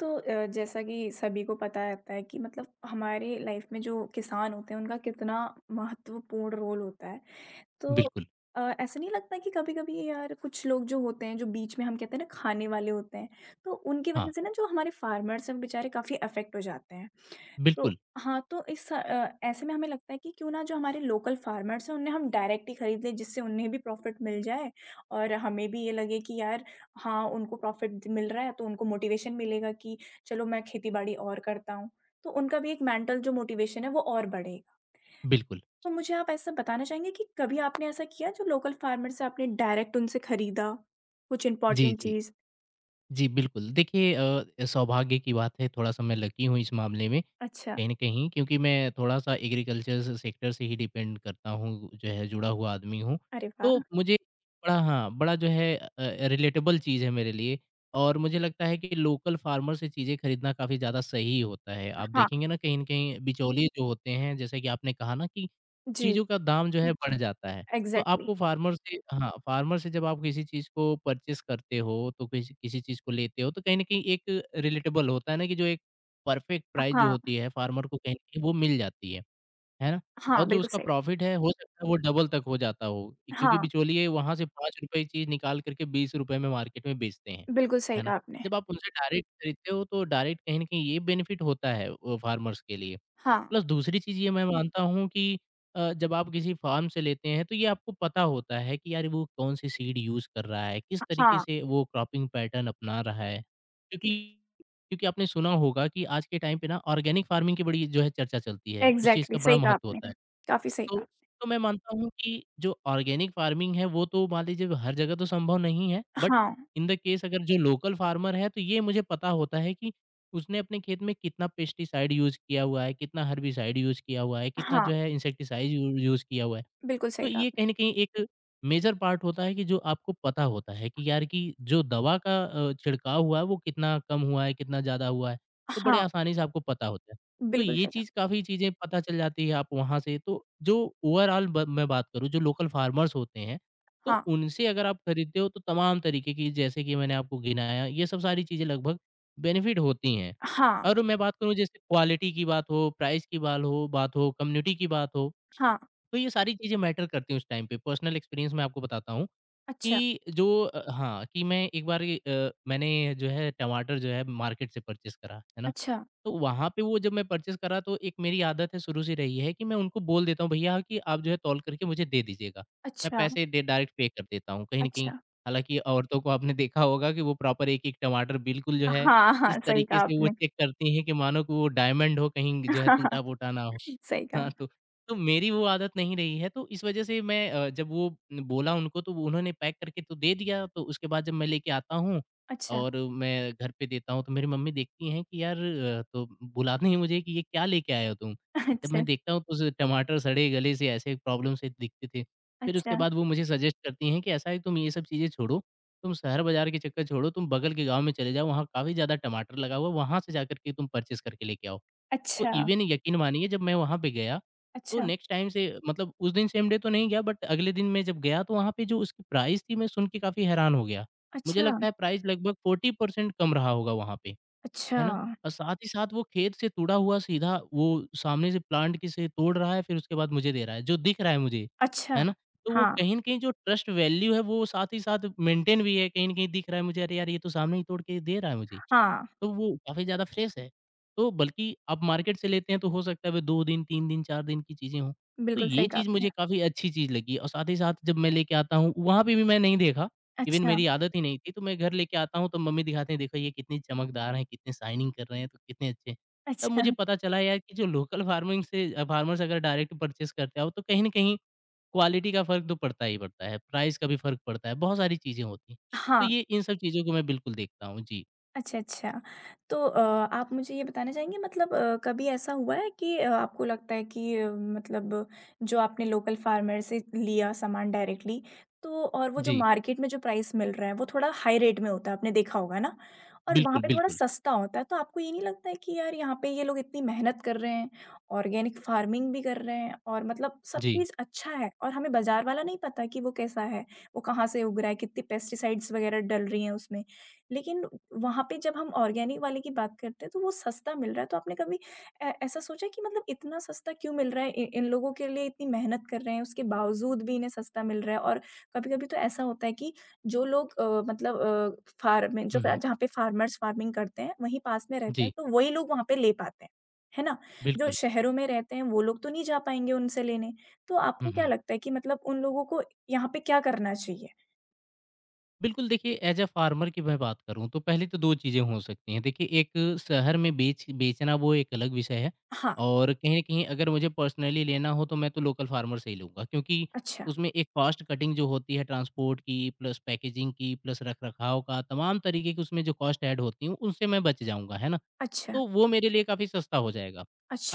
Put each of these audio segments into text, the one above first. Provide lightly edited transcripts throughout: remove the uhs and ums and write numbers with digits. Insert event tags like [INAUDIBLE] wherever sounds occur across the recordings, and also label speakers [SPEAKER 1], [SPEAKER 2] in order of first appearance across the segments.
[SPEAKER 1] तो जैसा कि सभी को पता रहता है कि मतलब हमारे लाइफ में जो किसान होते हैं उनका कितना महत्वपूर्ण रोल होता है। तो
[SPEAKER 2] बिल्कुल,
[SPEAKER 1] ऐसा नहीं लगता कि कभी-कभी यार कुछ लोग जो होते हैं, जो बीच में हम कहते हैं ना खाने वाले होते हैं, तो उनकी
[SPEAKER 2] हाँ,
[SPEAKER 1] वजह से ना जो हमारे फार्मर्स हैं, वो बेचारे काफ़ी अफ़ेक्ट हो जाते हैं। तो
[SPEAKER 2] बिल्कुल,
[SPEAKER 1] हाँ, तो ऐसे में हमें लगता है कि क्यों ना जो हमारे लोकल फार्मर्स हैं, उन्हें हम डायरेक्ट ही खरीद लें, जिससे उन्हें भी प्रॉफ़िट मिल जाए और हमें भी ये लगे कि यार हाँ, उनको प्रॉफ़िट मिल रहा है, तो उनको मोटिवेशन मिलेगा कि चलो मैं खेती-बाड़ी और करता हूँ। तो उनका भी एक मेंटल जो मोटिवेशन है, वो और बढ़ेगा।
[SPEAKER 2] बिल्कुल।
[SPEAKER 1] तो मुझे आप ऐसा बताना चाहेंगे कि कभी आपने ऐसा किया जो लोकल फार्मर से आपने डायरेक्ट उनसे खरीदा? कुछ
[SPEAKER 2] जी,
[SPEAKER 1] इम्पोर्टेंट
[SPEAKER 2] जी।
[SPEAKER 1] चीज़?
[SPEAKER 2] जी, बिल्कुल। देखिए सौभाग्य की बात है, थोड़ा-सा मैं लकी हूँ इस मामले में,
[SPEAKER 1] अच्छा,
[SPEAKER 2] कहीं न कहीं क्योंकि मैं थोड़ा-सा एग्रीकल्चर से, सेक्टर से ही डिपेंड करता हूँ, जो है, जुड़ा हुआ आदमी हूँ।
[SPEAKER 1] अरे
[SPEAKER 2] तो
[SPEAKER 1] वाह!
[SPEAKER 2] मुझे बड़ा जो है रिलेटेबल चीज़ है मेरे लिए। और मुझे लगता है कि लोकल फार्मर से चीज़ें खरीदना काफ़ी ज़्यादा सही होता है। आप
[SPEAKER 1] हाँ,
[SPEAKER 2] देखेंगे ना, कहीं न कहीं बिचौलिए जो होते हैं, जैसे कि आपने कहा ना कि
[SPEAKER 1] जी,
[SPEAKER 2] चीज़ों का दाम जो है बढ़ जाता है। तो
[SPEAKER 1] एग्ज़ैक्टली।
[SPEAKER 2] आपको फार्मर से जब आप किसी चीज़ को परचेज़ करते हो, तो किसी किसी चीज़ को लेते हो, तो कहीं न कहीं एक रिलेटेबल होता है ना, कि जो एक परफेक्ट प्राइस जो
[SPEAKER 1] हाँ,
[SPEAKER 2] होती है, फार्मर को कहीं न कहीं वो मिल जाती है ना? और
[SPEAKER 1] हाँ,
[SPEAKER 2] जो
[SPEAKER 1] बिल्कुल
[SPEAKER 2] उसका
[SPEAKER 1] सही कहा।
[SPEAKER 2] प्रॉफ़िट है, हो सकता है वो डबल तक हो जाता हो, क्योंकि
[SPEAKER 1] हाँ,
[SPEAKER 2] बिचौलिए वहाँ से ₹5 चीज़ निकाल करके ₹20 में मार्केट में बेचते हैं,
[SPEAKER 1] बिल्कुल सही
[SPEAKER 2] है ना?
[SPEAKER 1] कहा आपने।
[SPEAKER 2] जब आप उनसे डायरेक्ट खरीदते हो, तो डायरेक्ट कहीं न कहीं ये बेनिफिट होता है फार्मर्स के लिए।
[SPEAKER 1] हाँ,
[SPEAKER 2] प्लस दूसरी चीज़ ये मैं, जी, मानता हूँ कि जब आप किसी फ़ार्म से लेते हैं, तो ये आपको पता होता है कि यार वो कौन-सी सीड यूज़ कर रहा है, किस तरीके
[SPEAKER 1] हाँ,
[SPEAKER 2] से वो क्रॉपिंग पैटर्न अपना रहा है। क्योंकि क्योंकि आपने सुना होगा कि आज के टाइम पे ना ऑर्गेनिक फ़ार्मिंग की बड़ी जो है चर्चा चलती है, उस चीज़ का
[SPEAKER 1] एग्ज़ैक्टली
[SPEAKER 2] बड़ा
[SPEAKER 1] सही कहा
[SPEAKER 2] महत्व
[SPEAKER 1] आपने।
[SPEAKER 2] होता है।
[SPEAKER 1] काफ़ी सही
[SPEAKER 2] तो
[SPEAKER 1] कहा।
[SPEAKER 2] तो मैं मानता हूँ कि जो ऑर्गेनिक फार्मिंग है, वो तो मान लीजिए हर जगह तो संभव नहीं है। बट
[SPEAKER 1] हाँ,
[SPEAKER 2] इन द केस, अगर जो लोकल फार्मर है, तो ये मुझे पता होता है कि उसने अपने खेत में कितना पेस्टिसाइड यूज़ किया हुआ है, कितना हर्बिसाइड यूज़ किया हुआ है, कितना
[SPEAKER 1] हाँ,
[SPEAKER 2] जो है इंसेक्टिसाइड यू यूज़ किया हुआ है।
[SPEAKER 1] बिल्कुल
[SPEAKER 2] तो
[SPEAKER 1] सही कहा
[SPEAKER 2] ये
[SPEAKER 1] आपने।
[SPEAKER 2] कहीं न कहीं एक मेजर पार्ट होता है कि जो आपको पता होता है कि यार, कि जो दवा का छिड़काव हुआ है, वो कितना कम हुआ है, कितना ज़्यादा हुआ है, तो बड़े
[SPEAKER 1] हाँ,
[SPEAKER 2] आसानी से आपको पता होता है। तो
[SPEAKER 1] बिल्कुल
[SPEAKER 2] ये
[SPEAKER 1] सही कहा।
[SPEAKER 2] चीज़, काफ़ी चीज़ें पता चल जाती है आप वहाँ से। तो जो ओवरऑल ब मैं बात करूँ, जो लोकल फार्मर्स होते हैं, तो
[SPEAKER 1] हाँ,
[SPEAKER 2] उनसे अगर आप खरीदते हो तो तमाम तरीके की, जैसे कि मैंने आपको गिनाया, ये सब सारी चीज़ें लगभग बेनिफिट होती हैं।
[SPEAKER 1] हाँ,
[SPEAKER 2] और मैं बात करूँ, जैसे क्वालिटी की बात हो, प्राइस की बात हो, कम्युनिटी की बात हो,
[SPEAKER 1] हाँ,
[SPEAKER 2] तो ये सारी चीज़ें मैटर करती हैं उस टाइम पे। पर्सनल एक्सपीरियंस मैं आपको बताता हूँ
[SPEAKER 1] अच्छा,
[SPEAKER 2] कि जो हाँ, कि मैं एक बार मैंने जो है टमाटर जो है मार्केट से परचेज़ करा, है ना?
[SPEAKER 1] अच्छा,
[SPEAKER 2] तो वहाँ पे, वो जब मैं परचेज़ करा, तो एक मेरी आदत है शुरू से रही है कि मैं उनको बोल देता हूँ, भैया कि आप जो है तौल करके मुझे दे दीजिएगा। मैं
[SPEAKER 1] अच्छा,
[SPEAKER 2] पैसे डे डायरेक्ट पे कर देता हूँ कहीं न कहीं।
[SPEAKER 1] अच्छा।
[SPEAKER 2] हालाँकि औरतों को आपने देखा होगा कि वो प्रॉपर एक-एक टमाटर बिल्कुल जो है,
[SPEAKER 1] हाँ,
[SPEAKER 2] इस
[SPEAKER 1] हाँ, सही कहा
[SPEAKER 2] तरीके से वो
[SPEAKER 1] आपने।
[SPEAKER 2] चेक करती हैं कि मानो कि वो डायमंड हो, कहीं जो है
[SPEAKER 1] [LAUGHS] हाँ,
[SPEAKER 2] टूटा-फूटा ना हो।
[SPEAKER 1] सही कहा।
[SPEAKER 2] हाँ, तो मेरी वो आदत नहीं रही है, तो इस वज़ह से मैं, जब वो बोला उनको, तो उन्होंने पैक करके तो दे दिया। तो उसके बाद जब मैं लेके आता हूँ
[SPEAKER 1] अच्छा,
[SPEAKER 2] और मैं घर पे देता हूँ, तो मेरी मम्मी देखती हैं कि यार, तो बुलाती हैं मुझे कि ये क्या लेके आए हो तुम?
[SPEAKER 1] [LAUGHS]
[SPEAKER 2] जब मैं
[SPEAKER 1] अच्छा।
[SPEAKER 2] देखता हूँ, तो स टमाटर सड़े गले से, ऐसे प्रॉब्लम से दिखते थे। फिर उसके
[SPEAKER 1] अच्छा,
[SPEAKER 2] बाद वो मुझे सजेस्ट करती हैं कि ऐसा है, तुम ये सब चीज़ें छोड़ो, तुम शहर बाज़ार के चक्कर छोड़ो, तुम बगल के गाँव में चले जाओ, वहाँ काफ़ी ज़्यादा टमाटर लगा हुआ है, वहाँ से जाकर के तुम परचेज़ करके लेके आओ। तो
[SPEAKER 1] अच्छा,
[SPEAKER 2] इवन यकीन मानिए, जब मैं वहाँ पे गया, तो
[SPEAKER 1] अच्छा,
[SPEAKER 2] नेक्स्ट टाइम से, मतलब उस दिन सेम डे तो नहीं गया, बट अगले दिन मैं जब गया, तो वहाँ पे जो उसकी प्राइस थी, मैं सुन के काफ़ी हैरान हो गया। मुझे
[SPEAKER 1] अच्छा,
[SPEAKER 2] लगता है प्राइस लगभग 40% कम रहा होगा वहाँ पे,
[SPEAKER 1] अच्छा,
[SPEAKER 2] है ना? और साथ ही साथ वो खेत से तुड़ा हुआ सीधा, वो सामने से प्लांट के से तोड़ रहा है, फिर उसके बाद मुझे दे रहा है, जो दिख रहा है मुझे, है
[SPEAKER 1] अच्छा।
[SPEAKER 2] ना? तो वो
[SPEAKER 1] हाँ,
[SPEAKER 2] कहीं न कहीं, जो ट्रस्ट वैल्यू है, वो साथ ही साथ मेंटेन भी है, कहीं न कहीं दिख रहा है मुझे, अरे यार, ये तो सामने ही तोड़ के दे रहा है मुझे।
[SPEAKER 1] हाँ,
[SPEAKER 2] तो वो काफ़ी ज़्यादा फ्रेश है। तो बल्कि आप मार्केट से लेते हैं, तो हो सकता है वो 2 दिन, 3 दिन, 4 दिन की चीज़ें हों। तो
[SPEAKER 1] बिल्कुल
[SPEAKER 2] ये
[SPEAKER 1] सही कहा
[SPEAKER 2] चीज़
[SPEAKER 1] आपने।
[SPEAKER 2] मुझे काफ़ी अच्छी चीज़ लगी, और साथ ही साथ जब मैं लेके आता हूँ, वहाँ पे भी मैं नहीं देखा, इवन
[SPEAKER 1] अच्छा,
[SPEAKER 2] मेरी आदत ही नहीं थी। तो मैं घर लेके आता हूँ, तो मम्मी दिखाते हैं, "देखो ये कितनी चमकदार हैं, कितने शाइनिंग कर रहे हैं, तो कितने अच्छे हैं।" तब
[SPEAKER 1] अच्छा,
[SPEAKER 2] मुझे पता चला यार कि जो लोकल फार्मिंग से, फार्मर्स अगर डायरेक्ट परचेज़ करते आओ, तो कहीं न कहीं क्वालिटी का फ़र्क तो पड़ता ही पड़ता है, प्राइस का भी फ़र्क पड़ता है, बहुत सारी चीज़ें होती हैं। तो
[SPEAKER 1] हाँ।
[SPEAKER 2] ये इन सब चीज़ों को मैं बिल्कुल देखता हूँ। जी।
[SPEAKER 1] अच्छा, अच्छा। तो आप मुझे ये बताना चाहेंगे मतलब कभी ऐसा हुआ है कि आपको लगता है कि मतलब जो आपने लोकल फार्मर से लिया सामान डायरेक्टली, तो और वो जो
[SPEAKER 2] जी।
[SPEAKER 1] मार्केट में जो प्राइस मिल रहा है, वो थोड़ा हाई रेट में होता है, आपने देखा होगा ना? और वहाँ
[SPEAKER 2] बिल्कुल,
[SPEAKER 1] पे थोड़ा
[SPEAKER 2] बिल्कुल।
[SPEAKER 1] सस्ता होता है, तो आपको ये नहीं लगता है कि यार यहाँ पे ये लोग इतनी मेहनत कर रहे हैं, ऑर्गेनिक फार्मिंग भी कर रहे हैं और मतलब सब
[SPEAKER 2] जी।
[SPEAKER 1] चीज़ अच्छा है और हमें बाज़ार वाला नहीं पता कि वो कैसा है, वो कहाँ से उग रहा है, कितनी पेस्टिसाइड्स वगैरह डल रही हैं उसमें। लेकिन वहाँ पे जब हम ऑर्गेनिक वाले की बात करते हैं तो वो सस्ता मिल रहा है तो आपने कभी ऐ ऐसा सोचा कि मतलब इतना सस्ता क्यों मिल रहा है? इ इन लोगों के लिए इतनी मेहनत कर रहे हैं उसके बावजूद भी इन्हें सस्ता मिल रहा है और कभी-कभी तो ऐसा होता है कि जो लोग मतलब फार्मिंग जो
[SPEAKER 2] हुँ, हुँ।
[SPEAKER 1] जहाँ पे फार्मर्स फार्मिंग करते हैं वहीं पास में रहते हैं
[SPEAKER 2] जी,
[SPEAKER 1] तो वही लोग वहाँ पे ले पाते हैं। है ना? जो
[SPEAKER 2] बिल्कुल।
[SPEAKER 1] शहरों में रहते हैं वो लोग तो नहीं जा पाएँगे उनसे लेने। तो
[SPEAKER 2] हुँ,
[SPEAKER 1] आपको क्या
[SPEAKER 2] हुँ।
[SPEAKER 1] लगता है कि मतलब उन लोगों को यहाँ पे क्या करना चाहिए?
[SPEAKER 2] बिल्कुल, देखिए, एज़ अ फ़ार्मर की मैं बात करूँ, तो पहले तो 2 चीज़ें हो सकती हैं। देखिए, एक, शहर में बेचना वो एक अलग विषय है।
[SPEAKER 1] हाँ,
[SPEAKER 2] और कहीं न कहीं अगर मुझे पर्सनली लेना हो, तो मैं तो लोकल फ़ार्मर से ही लूँगा, क्योंकि
[SPEAKER 1] अच्छा,
[SPEAKER 2] उसमें एक कॉस्ट कटिंग जो होती है ट्रांसपोर्ट की, प्लस पैकेजिंग की, प्लस रख-रखाव का, तमाम तरीके की उसमें जो कॉस्ट ऐड होती हैं, उनसे मैं बच जाऊँगा, है ना?
[SPEAKER 1] अच्छा,
[SPEAKER 2] तो वो मेरे लिए काफ़ी सस्ता हो जाएगा।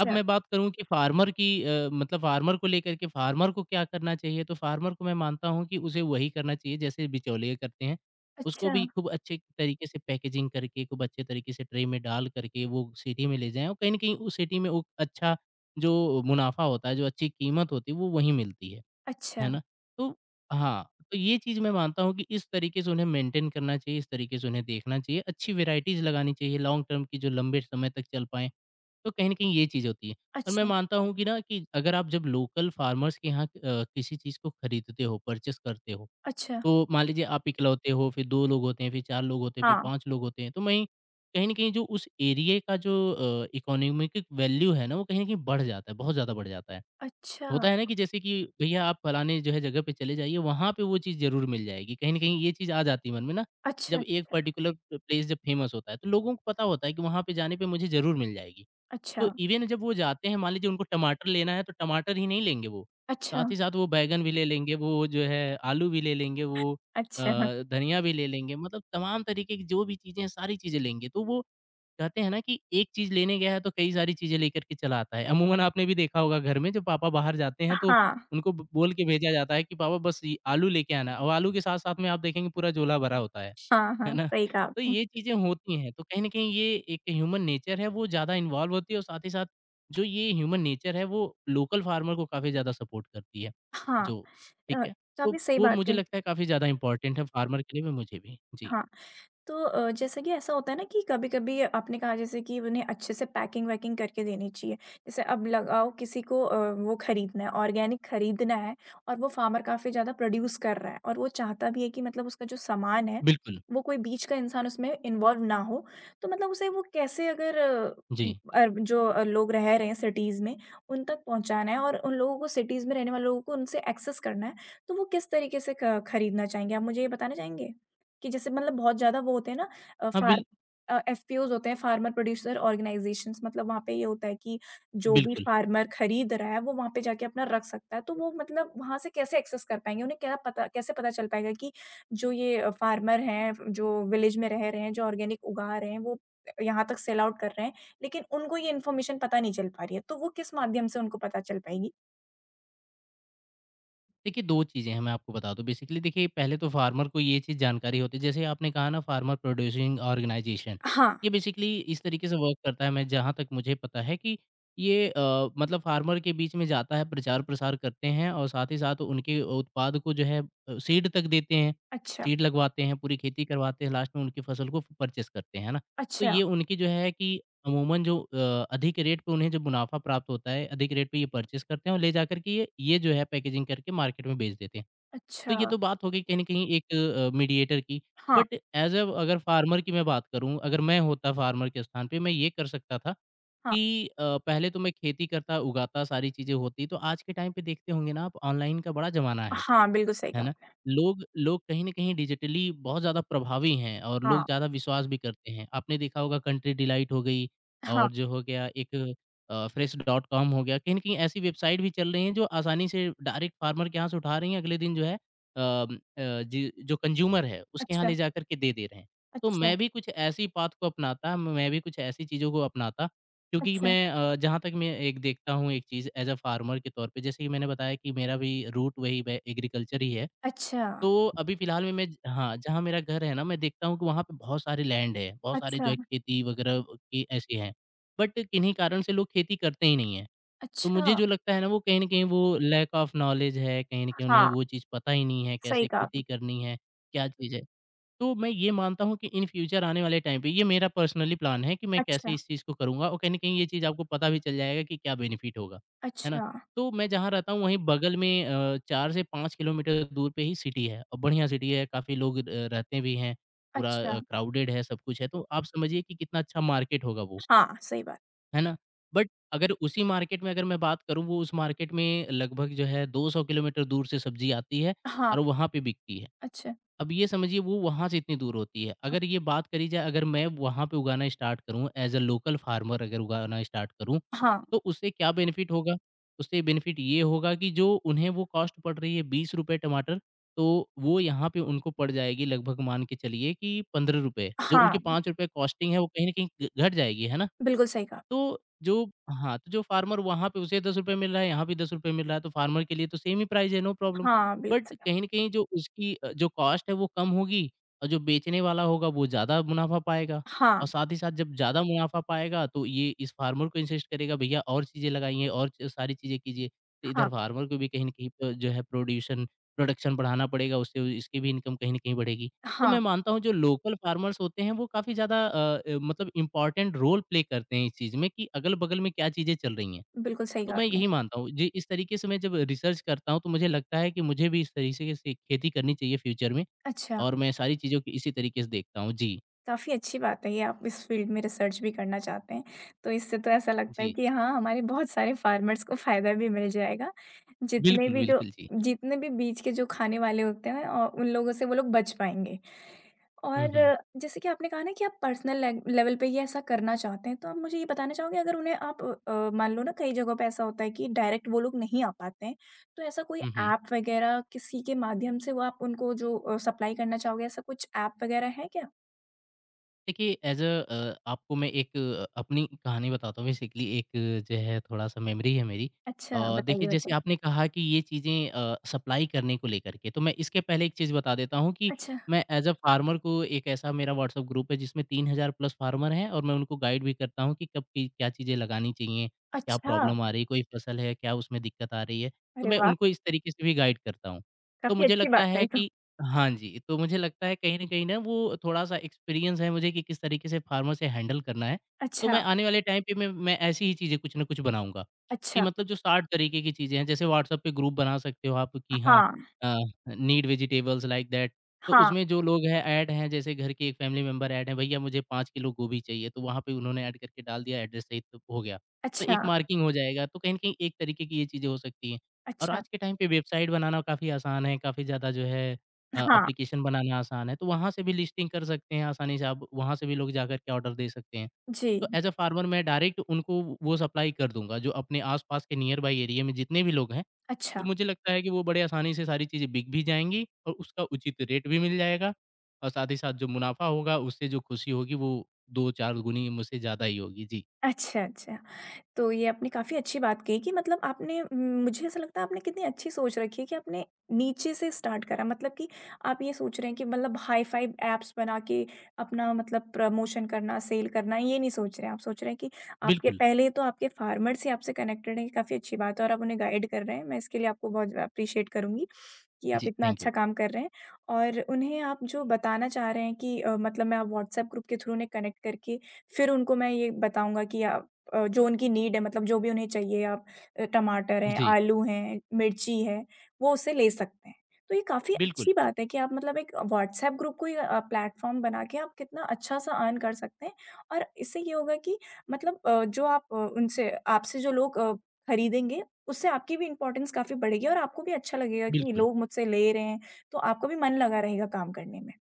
[SPEAKER 2] अब मैं बात करूँ कि फार्मर की, मतलब फार्मर को लेकर के फार्मर को क्या करना चाहिए, तो फार्मर को मैं मानता हूँ कि उसे वही करना चाहिए जैसे बिचौलिए करते हैं। उसको
[SPEAKER 1] अच्छा,
[SPEAKER 2] भी खूब अच्छे तरीके से पैकेजिंग करके, खूब अच्छे तरीके से ट्रे में डाल करके, वो सिटी में ले जाएँ, और कहीं न कहीं उस सिटी में वो अच्छा, जो मुनाफ़ा होता है, जो अच्छी कीमत होती है, वो वहीं मिलती है। है
[SPEAKER 1] अच्छा,
[SPEAKER 2] ना? तो हाँ, तो ये चीज़ मैं मानता हूँ कि इस तरीके से उन्हें मेंटेन करना चाहिए, इस तरीके से उन्हें देखना चाहिए, अच्छी वैराइटीज़ लगानी चाहिए लॉन्ग टर्म की, जो लंबे समय तक चल पाएँ, तो कहीं न कहीं ये चीज़ होती है। और मैं
[SPEAKER 1] अच्छा,
[SPEAKER 2] मानता हूँ कि, ना कि अगर आप, जब लोकल फार्मर्स के यहाँ किसी चीज़ को खरीदते हो, परचेज़ करते हो,
[SPEAKER 1] अच्छा,
[SPEAKER 2] तो मान लीजिए आप इकलौते हो, फिर 2 लोग होते हैं, फिर 4 लोग होते हैं, फिर
[SPEAKER 1] हाँ,
[SPEAKER 2] 5 लोग होते हैं, तो वहीं कहीं न कहीं जो उस एरिये का जो इकोनॉमिक वैल्यू है ना, वो कहीं न कहीं बढ़ जाता है, बहुत ज़्यादा बढ़ जाता है।
[SPEAKER 1] अच्छा,
[SPEAKER 2] होता है ना, कि जैसे कि भैया, आप फलाने जो है जगह पे चले जाइए, वहाँ पे वो चीज़ ज़रूर मिल जाएगी। कहीं न कहीं ये चीज़ आ जाती है मन में ना, जब
[SPEAKER 1] अच्छा,
[SPEAKER 2] एक पर्टिकुलर प्लेस जब फेमस होता है, तो लोगों को पता होता है कि वहाँ पे जाने पे मुझे ज़रूर मिल जाएगी। तो
[SPEAKER 1] अच्छा,
[SPEAKER 2] इवन जब वो जाते हैं, मान लीजिए उनको टमाटर लेना है, तो टमाटर ही नहीं लेंगे वो,
[SPEAKER 1] अच्छा,
[SPEAKER 2] साथ ही साथ वो बैंगन भी ले लेंगे, वो जो है आलू भी ले लेंगे, वो अ,
[SPEAKER 1] अच्छा,
[SPEAKER 2] धनिया भी ले लेंगे, मतलब तमाम तरीके की जो भी चीज़ें हैं, सारी चीज़ें लेंगे। तो वो कहते हैं ना कि एक चीज़ लेने गया है, तो कई सारी चीज़ें लेकर के चला आता है। अमूमन आपने भी देखा होगा घर में जब पापा बाहर जाते हैं, तो
[SPEAKER 1] हाँ,
[SPEAKER 2] उनको ब बोल के भेजा जाता है कि पापा बस ये आलू लेके आना, और आलू के साथ-साथ में आप देखेंगे पूरा झोला भरा होता है।
[SPEAKER 1] हाँ,
[SPEAKER 2] है
[SPEAKER 1] हाँ,
[SPEAKER 2] ना?
[SPEAKER 1] सही कहा
[SPEAKER 2] तो
[SPEAKER 1] आपने।
[SPEAKER 2] ये चीज़ें होती हैं, तो कहीं न कहीं ये एक ह्यूमन नेचर है, वो ज़्यादा इन्वॉल्व होती है और साथ ही साथ जो ये ह्यूमन नेचर है, वो लोकल फार्मर को काफ़ी ज़्यादा सपोर्ट करती है।
[SPEAKER 1] हाँ
[SPEAKER 2] जो ठीक
[SPEAKER 1] अ,
[SPEAKER 2] है, तो
[SPEAKER 1] काफ़ी सही
[SPEAKER 2] वो
[SPEAKER 1] बात
[SPEAKER 2] मुझे
[SPEAKER 1] कही।
[SPEAKER 2] लगता है काफ़ी ज़्यादा इम्पोर्टेंट है फार्मर के लिए भी, मुझे भी। जी,
[SPEAKER 1] हाँ। तो जैसा कि ऐसा होता है ना कि कभी-कभी आपने कहा जैसे कि उन्हें अच्छे से पैकिंग-वैकिंग करके देनी चाहिए। जैसे अब लगाओ किसी को वो खरीदना है, ऑर्गेनिक खरीदना है और वो फार्मर काफ़ी ज़्यादा प्रोड्यूस कर रहा है और वो चाहता भी है कि मतलब उसका जो सामान है,
[SPEAKER 2] बिल्कुल।
[SPEAKER 1] वो कोई बीच का इंसान उसमें इन्वॉल्व ना हो। तो मतलब उसे वो कैसे अगर अ,
[SPEAKER 2] जी।
[SPEAKER 1] अर जो लोग रह रहे हैं सिटीज़ में, उन तक पहुँचाना है और उन लोगों को सिटीज़ में रहने वाले लोगों को उनसे एक्सेस करना है, तो वो किस तरीके से क खरीदना चाहेंगे? आप मुझे ये बताना चाहेंगे? कि जैसे मतलब बहुत ज़्यादा वो होते हैं ना अ,
[SPEAKER 2] हाँ, बिल
[SPEAKER 1] फार्म एफपीओज़ होते हैं फार्मर प्रोड्यूसर ऑर्गेनाइज़ेशंस मतलब वहाँ पे ये होता है कि जो भी
[SPEAKER 2] बिल्कुल।
[SPEAKER 1] फार्मर खरीद रहा है वो वहाँ पे जाके अपना रख सकता है। तो वो मतलब वहाँ से कैसे एक्सेस कर पाएँगे? उन्हें क्या पता कैसे पता चल पाएगा कि जो ये फार्मर हैं, जो विलेज में रह रहे हैं, जो ऑर्गेनिक उगा रहे हैं, वो यहाँ तक सेल आउट कर रहे हैं, लेकिन उनको ये इन्फॉर्मेशन पता नहीं चल पा रही है। तो वो किस माध्यम से उनको पता चल पाएगी?
[SPEAKER 2] देखिए 2 चीज़ें हैं मैं आपको बता दूँ बेसिकली। देखिए पहले तो फार्मर को ये चीज़ जानकारी होती है जैसे आपने कहा ना फार्मर प्रोड्यूसिंग ऑर्गेनाइजेशन
[SPEAKER 1] हाँ,
[SPEAKER 2] ये बेसिकली इस तरीके से वर्क करता है मैं जहाँ तक मुझे पता है कि ये मतलब फार्मर के बीच में जाता है प्रचार प्रसार करते हैं और साथ ही साथ उनके उत्पाद को जो है सीड तक देते हैं।
[SPEAKER 1] अच्छा,
[SPEAKER 2] सीड लगवाते हैं, पूरी खेती करवाते हैं, लास्ट में उनकी फसल को परचेज़ करते हैं, है ना? तो
[SPEAKER 1] अच्छा,
[SPEAKER 2] ये उनकी जो है कि अमूमन जो अधिक रेट पे उन्हें जो मुनाफ़ा प्राप्त होता है, अधिक रेट पे ये परचेज़ करते हैं और ले जाकर के ये जो है पैकेजिंग करके मार्केट में बेच देते हैं। तो
[SPEAKER 1] अच्छा।
[SPEAKER 2] ये तो बात हो गई कहीं न कहीं एक मीडिएटर की।
[SPEAKER 1] हाँ,
[SPEAKER 2] बट ऐज़ अ अगर फार्मर की मैं बात करूँ, अगर मैं होता फार्मर के स्थान पे मैं ये कर सकता था
[SPEAKER 1] हाँ।
[SPEAKER 2] कि पहले तो मैं खेती करता, उगाता, सारी चीज़ें होती। तो आज के टाइम पे देखते होंगे ना आप ऑनलाइन का बड़ा ज़माना है।
[SPEAKER 1] हाँ, बिल्कुल सही
[SPEAKER 2] है
[SPEAKER 1] कहा
[SPEAKER 2] ना?
[SPEAKER 1] आपने।
[SPEAKER 2] लोग लोग कहीं न कहीं डिजिटली बहुत ज़्यादा प्रभावी हैं और
[SPEAKER 1] हाँ,
[SPEAKER 2] लोग ज़्यादा विश्वास भी करते हैं। आपने देखा होगा कंट्री डिलाइट हो गई
[SPEAKER 1] हाँ।
[SPEAKER 2] और जो हो गया एक फ्रेश डॉट कॉम हो गया, कहीं न कहीं ऐसी वेबसाइट भी चल रही हैं जो आसानी से डायरेक्ट फार्मर के यहाँ से उठा रही हैं, अगले दिन जो है जी जो कंज़्यूमर है, उसके यहाँ
[SPEAKER 1] अच्छा,
[SPEAKER 2] ले जाकर के दे दे रहे हैं। तो
[SPEAKER 1] अच्छा,
[SPEAKER 2] मैं भी कुछ ऐसी पाथ को अपनाता, मैं भी कुछ ऐसी चीज़ों को अपनाता क्योंकि
[SPEAKER 1] अच्छा,
[SPEAKER 2] मैं जहाँ तक मैं एक देखता हूँ एक चीज़ एज़ अ फार्मर के तौर पे, जैसे कि मैंने बताया कि मेरा भी रूट वही ब एग्रीकल्चर ही है।
[SPEAKER 1] अच्छा,
[SPEAKER 2] तो अभी फ़िलहाल में मैं हाँ, जहाँ मेरा घर है ना, मैं देखता हूँ कि वहाँ पे बहुत सारे लैंड है, बहुत सारे जो
[SPEAKER 1] अच्छा,
[SPEAKER 2] है खेती वगैरह की ऐसी हैं। बट किन्हीं कारण से लोग खेती करते ही नहीं हैं। तो मुझे
[SPEAKER 1] अच्छा,
[SPEAKER 2] जो लगता है ना वो कहीं न कहीं वो लैक ऑफ नॉलेज है, कहीं न कहीं उन्हें
[SPEAKER 1] हाँ,
[SPEAKER 2] वो चीज़ पता ही नहीं है,
[SPEAKER 1] सही
[SPEAKER 2] कैसे
[SPEAKER 1] कहा
[SPEAKER 2] खेती
[SPEAKER 1] आपने।
[SPEAKER 2] करनी है, क्या चीज़ है। तो मैं ये मानता हूँ कि इन फ्यूचर आने वाले टाइम पे ये मेरा पर्सनली प्लान है कि मैं कैसे
[SPEAKER 1] अच्छा,
[SPEAKER 2] इस चीज़ को करूँगा और कहीं न कहीं ये चीज़ आपको पता भी चल जाएगा कि क्या बेनिफिट होगा, है ना?
[SPEAKER 1] अच्छा,
[SPEAKER 2] तो मैं जहाँ रहता हूँ वहीं बगल में 4 से 5 किलोमीटर दूर पे ही सिटी है और बढ़िया सिटी है, काफ़ी लोग रहते भी हैं, पूरा
[SPEAKER 1] अच्छा,
[SPEAKER 2] क्राउडेड है, सब कुछ है, तो आप समझिए कि कितना अच्छा मार्केट होगा वो,
[SPEAKER 1] हाँ, सही बात।
[SPEAKER 2] है ना? बट अगर उसी मार्केट में अगर मैं बात करूँ वो उस मार्केट में लगभग जो है 200 किलोमीटर दूर से सब्ज़ी आती है
[SPEAKER 1] हाँ,
[SPEAKER 2] और वहाँ पे बिकती है।
[SPEAKER 1] अच्छा,
[SPEAKER 2] अब ये समझिए वो वहाँ से इतनी दूर होती है। अगर ये बात करी जाए अगर मैं वहाँ पे उगाना स्टार्ट करूँ एज़ अ लोकल फार्मर अगर उगाना स्टार्ट करूँ,
[SPEAKER 1] हाँ,
[SPEAKER 2] तो उससे क्या बेनिफिट होगा? उससे बेनिफिट ये होगा कि जो उन्हें वो कॉस्ट पड़ रही है ₹20 टमाटर, तो वो यहाँ पे उनको पड़ जाएगी लगभग मान के चलिए कि ₹15। जो उनकी
[SPEAKER 1] हाँ,
[SPEAKER 2] ₹5 कॉस्टिंग है वो कहीं न कहीं घ घट जाएगी, है ना?
[SPEAKER 1] बिल्कुल सही कहा।
[SPEAKER 2] तो जो हाँ, तो जो फार्मर वहाँ पे उसे ₹10 मिल रहा है, यहाँ भी ₹10 मिल रहा है, तो फार्मर के लिए तो सेम ही प्राइस है, नो प्रॉब्लम।
[SPEAKER 1] हाँ, बिल्कुल
[SPEAKER 2] बट
[SPEAKER 1] सही कहा।
[SPEAKER 2] कहीं न कहीं जो उसकी जो कॉस्ट है वो कम होगी और जो बेचने वाला होगा वो ज़्यादा मुनाफ़ा पाएगा
[SPEAKER 1] हाँ,
[SPEAKER 2] और साथ ही साथ जब ज़्यादा मुनाफ़ा पाएगा तो ये इस फार्मर को इंसिस्ट करेगा भैया और चीज़ें लगाइए और च सारी चीज़ें कीजिए। तो इधर
[SPEAKER 1] हाँ,
[SPEAKER 2] फार्मर को भी कहीं न कहीं जो है प्रोड्यूशन प्रोडक्शन बढ़ाना पड़ेगा, उससे इसकी भी इनकम कहीं न कहीं बढ़ेगी। तो मैं
[SPEAKER 1] हाँ,
[SPEAKER 2] मानता हूँ जो लोकल फार्मर्स होते हैं वो काफ़ी ज़्यादा मतलब इम्पोर्टेंट रोल प्ले करते हैं इस चीज़ में कि अगल-बगल में क्या चीज़ें चल रही हैं।
[SPEAKER 1] बिल्कुल सही
[SPEAKER 2] तो
[SPEAKER 1] कहा
[SPEAKER 2] मैं
[SPEAKER 1] आपने।
[SPEAKER 2] यही मानता हूँ जी, इस तरीके से मैं जब रिसर्च करता हूँ तो मुझे लगता है कि मुझे भी इस तरीके से खेती करनी चाहिए फ्यूचर में
[SPEAKER 1] अच्छा।
[SPEAKER 2] और मैं सारी चीज़ों को इसी तरीके से देखता हूँ। जी,
[SPEAKER 1] काफ़ी अच्छी बात है ये आप इस फ़ील्ड में रिसर्च भी करना चाहते हैं। तो इससे तो ऐसा लगता है
[SPEAKER 2] जी।
[SPEAKER 1] कि हाँ, हमारे बहुत सारे फ़ार्मर्स को फ़ायदा भी मिल जाएगा। जितने
[SPEAKER 2] बिल्कुल,
[SPEAKER 1] भी जो
[SPEAKER 2] बिल्कुल जी।
[SPEAKER 1] जितने भी बीज के जो खाने वाले होते हैं औ उन लोगों से वो लोग बच पाएँगे। और
[SPEAKER 2] हुँ, हुँ।
[SPEAKER 1] जैसे कि आपने कहा ना कि आप पर्सनल लेग लेवल पे ये ऐसा करना चाहते हैं, तो आप मुझे ये बताना चाहोगे अगर उन्हें आप मान लो ना कई जगहों पे ऐसा होता है कि डायरेक्ट वो लोग नहीं आ पाते हैं, तो ऐसा कोई
[SPEAKER 2] हुँ, हुँ।
[SPEAKER 1] ऐप वग़ैरह किसी के माध्यम से वो आप उनको जो सप्लाई करना चाहोगे, ऐसा कुछ ऐप वग़ैरह है क्या?
[SPEAKER 2] देखिए एज़ आपको मैं एक अपनी कहानी बताता हूँ बेसिकली एक जो है थोड़ा-सा मेमोरी है मेरी।
[SPEAKER 1] अच्छा, बताइए,
[SPEAKER 2] देखिए जैसे
[SPEAKER 1] बताइए?
[SPEAKER 2] आपने कहा कि ये चीज़ें सप्लाई करने को लेकर के, तो मैं इसके पहले एक चीज़ बता देता हूँ कि
[SPEAKER 1] अच्छा,
[SPEAKER 2] मैं एज़ अ फार्मर को एक ऐसा मेरा व्हाट्सएप ग्रुप है जिसमें 3,000 प्लस फार्मर हैं और मैं उनको गाइड भी करता हूँ कि कब की क्या चीज़ें लगानी चाहिए, क्या
[SPEAKER 1] अच्छा!
[SPEAKER 2] प्रॉब्लम आ रही है, कोई फसल है, क्या उसमें दिक्कत आ रही है, तो
[SPEAKER 1] अरे
[SPEAKER 2] मैं
[SPEAKER 1] वाह!
[SPEAKER 2] उनको इस तरीके से भी गाइड करता हूँ। तो
[SPEAKER 1] काफ़ी
[SPEAKER 2] मुझे
[SPEAKER 1] अच्छी
[SPEAKER 2] लगता
[SPEAKER 1] बात है
[SPEAKER 2] है
[SPEAKER 1] ये तो।
[SPEAKER 2] कि हाँ जी, तो मुझे लगता है कहीं न कहीं ना वो थोड़ा-सा एक्सपीरियंस है मुझे कि किस तरीके से फार्मर से हैंडल करना है। तो मैं
[SPEAKER 1] अच्छा,
[SPEAKER 2] आने वाले टाइम पे मैं ऐसी ही चीज़ें कुछ न कुछ बनाऊँगा, कि
[SPEAKER 1] अच्छा,
[SPEAKER 2] मतलब जो 60 तरीके की चीज़ें हैं, जैसे व्हाट्सएप पे ग्रुप बना सकते हो आप कि हाँ
[SPEAKER 1] हाँ,
[SPEAKER 2] uh, need vegetables like that. तो
[SPEAKER 1] हाँ,
[SPEAKER 2] उसमें जो लोग हैं ऐड हैं, जैसे घर के एक फैमिली मेंबर ऐड हैं, भैया मुझे 5 किलो गोभी चाहिए, तो वहाँ पे उन्होंने ऐड करके डाल दिया एड्रेस सहित तो हो गया। तो
[SPEAKER 1] अच्छा,
[SPEAKER 2] एक मार्किंग हो जाएगा, तो कहीं न कहीं एक तरीके की ये चीज़ें हो सकती हैं। और
[SPEAKER 1] अच्छा,
[SPEAKER 2] आज के टाइम पे वेबसाइट बनाना काफ़ी आसान है, काफ़ी ज़्यादा जो है
[SPEAKER 1] हाँ,
[SPEAKER 2] एप्लीकेशन बनाना आसान है, तो वहाँ से भी लिस्टिंग कर सकते हैं आसानी से आप, वहाँ से भी लोग जाकर के ऑर्डर दे सकते हैं। तो
[SPEAKER 1] जी,
[SPEAKER 2] एज़ अ फार्मर मैं डायरेक्ट उनको वो सप्लाई कर दूँगा, जो अपने आस-पास के नियर बाय एरिया में जितने भी लोग हैं, तो
[SPEAKER 1] अच्छा,
[SPEAKER 2] मुझे लगता है कि वो बड़े आसानी से सारी चीज़ें बिक भी जाएँगी और उसका उचित रेट भी मिल जाएगा और साथ ही साथ जो मुनाफ़ा होगा, उससे जो खुशी होगी वो 2-4 गुनी मुझसे ज़्यादा ही होगी। जी,
[SPEAKER 1] अच्छा, अच्छा। तो ये आपने काफ़ी अच्छी बात कही कि मतलब आपने मुझे ऐसा लगता है आपने कितनी अच्छी सोच रखी है कि आपने नीचे से स्टार्ट करा मतलब कि आप ये सोच रहे हैं कि मतलब हाई फाइव एप्स बना के अपना मतलब प्रमोशन करना सेल करना ये नहीं सोच रहे हैं आप सोच रहे हैं कि आपके
[SPEAKER 2] बिल्कुल।
[SPEAKER 1] पहले तो आपके फार्मर से आपसे कनेक्टेड है काफ़ी अच्छी बात है और आप उन्हें गाइड कर रहे हैं मैं इसके लिए आपको बहुत अप्रिशिएट करूंगी कि आप
[SPEAKER 2] जी,
[SPEAKER 1] इतना
[SPEAKER 2] थैंक यू।
[SPEAKER 1] अच्छा काम कर रहे हैं और उन्हें आप जो बताना चाह रहे हैं कि मतलब मैं आप व्हाट्सएप ग्रुप के थ्रू उन्हें कनेक्ट करके फिर उनको मैं ये बताऊंगा कि जो उनकी नीड है मतलब जो भी उन्हें चाहिए आप टमाटर हैं,
[SPEAKER 2] जी,
[SPEAKER 1] आलू हैं, मिर्ची है, वो उससे ले सकते हैं। तो ये काफ़ी
[SPEAKER 2] बिल्कुल,
[SPEAKER 1] अच्छी बात है कि आप मतलब एक व्हाट्सएप ग्रुप को ही प्लेटफ़ॉर्म बना के आप कितना अच्छा-सा अर्न कर सकते हैं और इससे ये होगा कि मतलब जो आप उनसे आपसे जो लोग खरीदेंगे, उससे आपकी भी इम्पोर्टेंस काफ़ी बढ़ेगी और आपको भी अच्छा लगेगा कि ये
[SPEAKER 2] बिल्कुल।
[SPEAKER 1] लोग मुझसे ले रहे हैं, तो आपका भी मन लगा रहेगा काम करने में।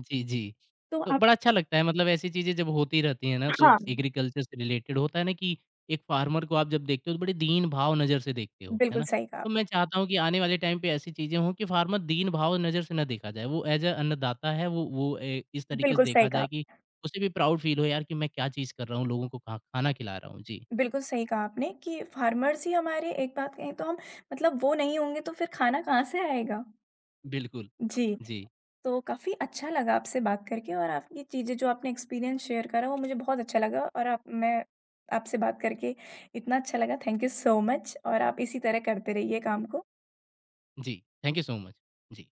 [SPEAKER 2] जी, जी।
[SPEAKER 1] तो
[SPEAKER 2] तो
[SPEAKER 1] आप
[SPEAKER 2] बड़ा अच्छा लगता है मतलब ऐसी चीज़ें जब होती रहती हैं ना तो
[SPEAKER 1] हाँ,
[SPEAKER 2] एग्रीकल्चर से रिलेटेड होता है ना कि एक फार्मर को आप जब देखते हो तो बड़े दीन भाव नज़र से देखते हो, है
[SPEAKER 1] बिल्कुल
[SPEAKER 2] ना?
[SPEAKER 1] सही कहा
[SPEAKER 2] तो
[SPEAKER 1] आपने,
[SPEAKER 2] मैं चाहता हूँ कि आने वाले टाइम पे ऐसी चीज़ें हों कि फार्मर दीन भाव नज़र से ना देखा जाए। वो एज़ अ अन्नदाता है वो ए इस तरीके से
[SPEAKER 1] बिल्कुल
[SPEAKER 2] देखा
[SPEAKER 1] सही
[SPEAKER 2] जाए
[SPEAKER 1] कहा।
[SPEAKER 2] कि उसे भी प्राउड फ़ील हो यार कि मैं क्या चीज़ कर रहा हूँ, लोगों को खा खाना खिला रहा हूँ। जी,
[SPEAKER 1] बिल्कुल सही कहा आपने कि फार्मर्स ही हमारे एक बात कहें तो हम मतलब वो नहीं होंगे तो फिर खाना कहाँ से आएगा?
[SPEAKER 2] बिल्कुल।
[SPEAKER 1] जी,
[SPEAKER 2] जी,
[SPEAKER 1] तो काफ़ी अच्छा लगा आपसे बात करके और आपकी चीज़ें जो आपने एक्सपीरियंस शेयर करा वो मुझे बहुत अच्छा लगा और आप मैं आपसे बात करके इतना अच्छा लगा, थैंक यू सो मच और आप इसी तरह करते रहिए काम को।
[SPEAKER 2] जी। Thank you so much. Ji.